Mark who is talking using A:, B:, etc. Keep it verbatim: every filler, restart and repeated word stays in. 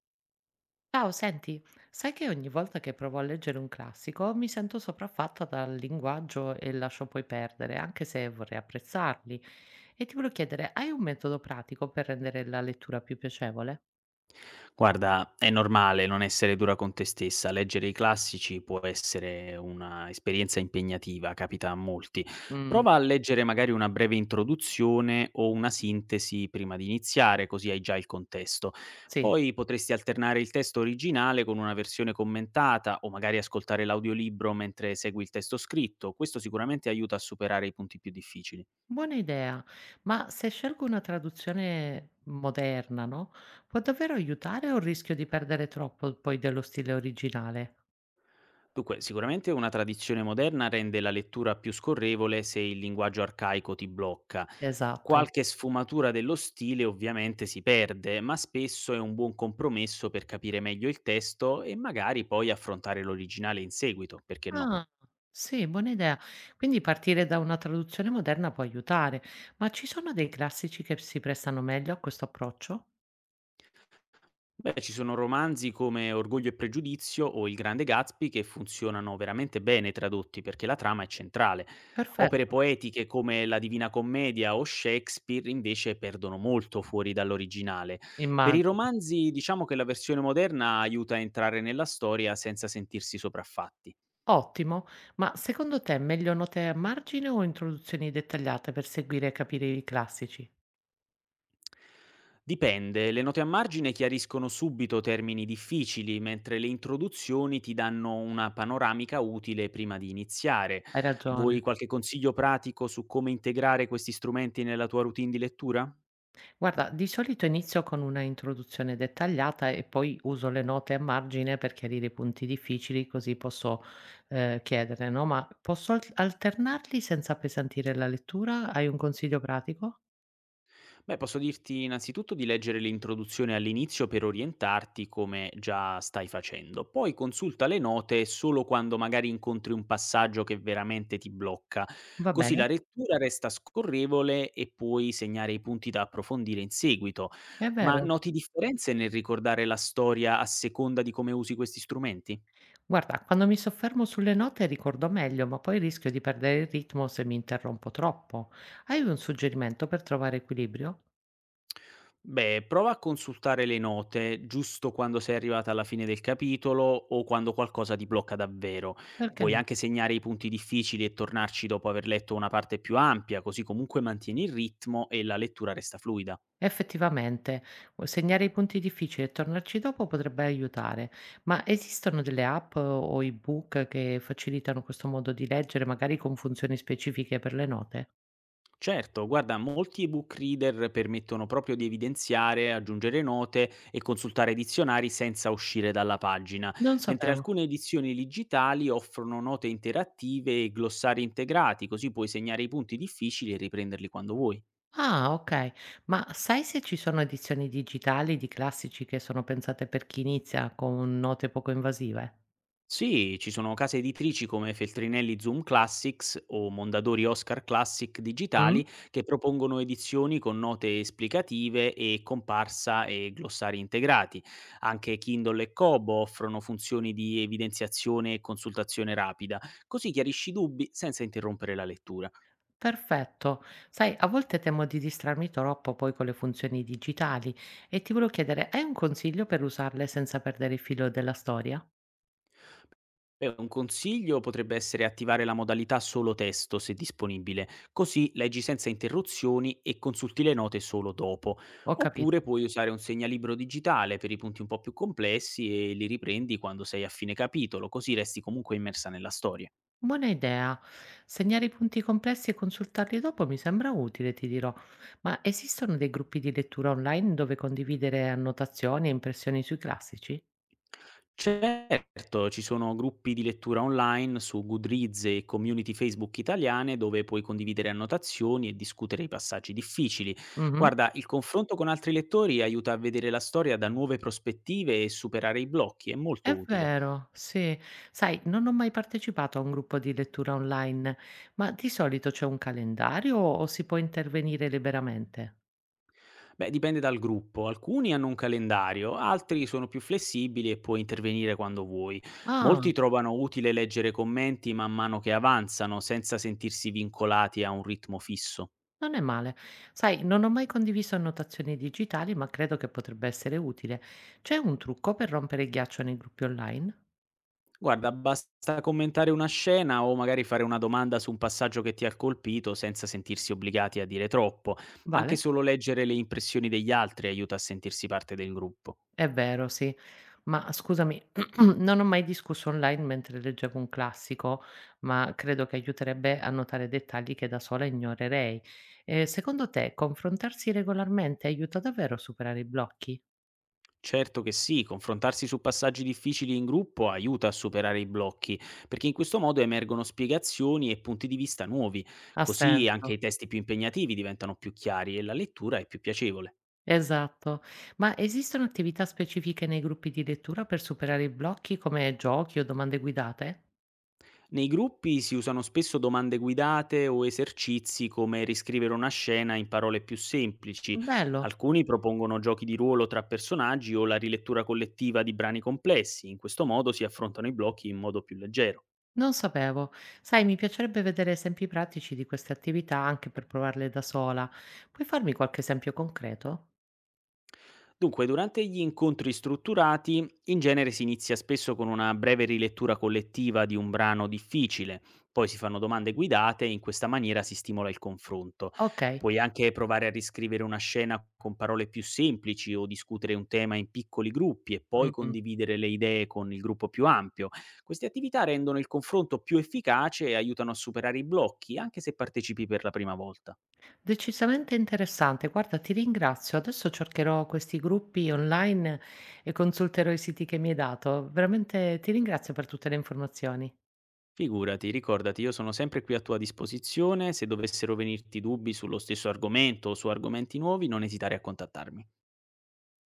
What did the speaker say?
A: Ciao, senti, sai che ogni volta che provo a leggere un classico mi sento sopraffatta dal linguaggio e lascio poi perdere, anche se vorrei apprezzarli. E ti volevo chiedere, hai un metodo pratico per rendere la lettura più piacevole?
B: Guarda, è normale non essere dura con te stessa. Leggere i classici può essere una esperienza impegnativa, capita a molti.
A: Mm,
B: Prova a leggere magari una breve introduzione o una sintesi prima di iniziare, così hai già il contesto.
A: sì,
B: Poi potresti alternare il testo originale con una versione commentata o magari ascoltare l'audiolibro mentre segui il testo scritto. Questo sicuramente aiuta a superare i punti più difficili.
A: buona idea, ma se scelgo una traduzione moderna, no? Può davvero aiutare o rischio di perdere troppo poi dello stile originale?
B: Dunque, sicuramente una tradizione moderna rende la lettura più scorrevole se il linguaggio arcaico ti blocca.
A: Esatto.
B: Qualche sfumatura dello stile ovviamente si perde, ma spesso è un buon compromesso per capire meglio il testo e magari poi affrontare l'originale in seguito, perché no?
A: Ah, sì, buona idea. Quindi partire da una traduzione moderna può aiutare, ma ci sono dei classici che si prestano meglio a questo approccio?
B: Beh, ci sono romanzi come Orgoglio e pregiudizio o Il grande Gatsby che funzionano veramente bene tradotti perché la trama è centrale. Opere
A: Perfetto,
B: poetiche come La Divina Commedia o Shakespeare invece perdono molto fuori dall'originale. Per i
A: immagino.
B: romanzi diciamo che la versione moderna aiuta a entrare nella storia senza sentirsi sopraffatti.
A: Ottimo, ma secondo te è meglio note a margine o introduzioni dettagliate per seguire e capire i classici?
B: Dipende, le note a margine chiariscono subito termini difficili, mentre le introduzioni ti danno una panoramica utile prima di iniziare.
A: Hai ragione.
B: Vuoi qualche consiglio pratico su come integrare questi strumenti nella tua routine di lettura?
A: Guarda, di solito inizio con una introduzione dettagliata e poi uso le note a margine per chiarire i punti difficili, così posso eh, chiedere, no? Ma posso al- alternarli senza appesantire la lettura? Hai un consiglio pratico?
B: Beh, posso dirti innanzitutto di leggere l'introduzione all'inizio per orientarti come già stai facendo, poi consulta le note solo quando magari incontri un passaggio che veramente ti blocca,
A: Va
B: così
A: bene?
B: la lettura resta scorrevole e puoi segnare i punti da approfondire in seguito.
A: È
B: Ma
A: vero.
B: noti differenze nel ricordare la storia a seconda di come usi questi strumenti?
A: Guarda, quando mi soffermo sulle note ricordo meglio, ma poi rischio di perdere il ritmo se mi interrompo troppo. Hai un suggerimento per trovare equilibrio?
B: Beh, prova a consultare le note giusto quando sei arrivata alla fine del capitolo o quando qualcosa ti blocca davvero.
A: Perché
B: Puoi
A: no?
B: anche segnare i punti difficili e tornarci dopo aver letto una parte più ampia, così comunque mantieni il ritmo e la lettura resta fluida.
A: Effettivamente, o segnare i punti difficili e tornarci dopo potrebbe aiutare, ma esistono delle app o ebook che facilitano questo modo di leggere, magari con funzioni specifiche per le note?
B: Certo, guarda, molti ebook reader permettono proprio di evidenziare, aggiungere note e consultare dizionari senza uscire dalla pagina,
A: Non
B: mentre
A: sapevo.
B: alcune edizioni digitali offrono note interattive e glossari integrati, così puoi segnare i punti difficili e riprenderli quando vuoi.
A: Ah, ok. Ma sai se ci sono edizioni digitali di classici che sono pensate per chi inizia con note poco invasive?
B: Sì, ci sono case editrici come Feltrinelli Zoom Classics o Mondadori Oscar Classic Digitali che propongono edizioni con note esplicative e comparsa e glossari integrati. Anche Kindle e Kobo offrono funzioni di evidenziazione e consultazione rapida, così chiarisci i dubbi senza interrompere la lettura.
A: Perfetto. Sai, a volte temo di distrarmi troppo poi con le funzioni digitali e ti volevo chiedere, hai un consiglio per usarle senza perdere il filo della storia?
B: Beh, un consiglio potrebbe essere attivare la modalità solo testo se disponibile, così leggi senza interruzioni e consulti le note solo dopo.
A: Ho capito.
B: Oppure puoi usare un segnalibro digitale per i punti un po' più complessi e li riprendi quando sei a fine capitolo, così resti comunque immersa nella storia.
A: Buona idea. Segnare i punti complessi e consultarli dopo mi sembra utile, ti dirò. Ma esistono dei gruppi di lettura online dove condividere annotazioni e impressioni sui classici?
B: Certo, ci sono gruppi di lettura online su Goodreads e community Facebook italiane dove puoi condividere annotazioni e discutere i passaggi difficili.
A: Mhm.
B: Guarda, il confronto con altri lettori aiuta a vedere la storia da nuove prospettive e superare i blocchi, è molto
A: È
B: utile.
A: vero, sì. Sai, non ho mai partecipato a un gruppo di lettura online, ma di solito c'è un calendario o si può intervenire liberamente?
B: Beh, dipende dal gruppo, alcuni hanno un calendario, altri sono più flessibili e puoi intervenire quando vuoi. Molti
A: Ah,
B: trovano utile leggere commenti man mano che avanzano senza sentirsi vincolati a un ritmo fisso.
A: non è male. Sai, non ho mai condiviso annotazioni digitali, ma credo che potrebbe essere utile. C'è un trucco per rompere il ghiaccio nei gruppi online?
B: Guarda, basta commentare una scena o magari fare una domanda su un passaggio che ti ha colpito senza sentirsi obbligati a dire troppo.
A: Vale?
B: Anche solo leggere le impressioni degli altri aiuta a sentirsi parte del gruppo.
A: È vero, sì. Ma scusami, non ho mai discusso online mentre leggevo un classico, ma credo che aiuterebbe a notare dettagli che da sola ignorerei. Eh, secondo te, confrontarsi regolarmente aiuta davvero a superare i blocchi?
B: Certo che sì, confrontarsi su passaggi difficili in gruppo aiuta a superare i blocchi, perché in questo modo emergono spiegazioni e punti di vista nuovi,
A: Ha
B: così anche
A: senso.
B: i testi più impegnativi diventano più chiari e la lettura è più piacevole.
A: Esatto. Ma esistono attività specifiche nei gruppi di lettura per superare i blocchi, come giochi o domande guidate?
B: Nei gruppi si usano spesso domande guidate o esercizi come riscrivere una scena in parole più semplici.
A: Bello.
B: Alcuni propongono giochi di ruolo tra personaggi o la rilettura collettiva di brani complessi. In questo modo si affrontano i blocchi in modo più leggero.
A: Non sapevo. Sai, mi piacerebbe vedere esempi pratici di queste attività anche per provarle da sola. Puoi farmi qualche esempio concreto?
B: Dunque, durante gli incontri strutturati, in genere si inizia spesso con una breve rilettura collettiva di un brano difficile, poi si fanno domande guidate e in questa maniera si stimola il confronto.
A: Ok.
B: Puoi anche provare a riscrivere una scena con parole più semplici o discutere un tema in piccoli gruppi e poi
A: Mm, mm.
B: condividere le idee con il gruppo più ampio. Queste attività rendono il confronto più efficace e aiutano a superare i blocchi, anche se partecipi per la prima volta.
A: Decisamente interessante. Guarda, ti ringrazio. Adesso cercherò questi gruppi online e consulterò i siti che mi hai dato. Veramente ti ringrazio per tutte le informazioni.
B: Figurati, ricordati, io sono sempre qui a tua disposizione, se dovessero venirti dubbi sullo stesso argomento o su argomenti nuovi non esitare a contattarmi.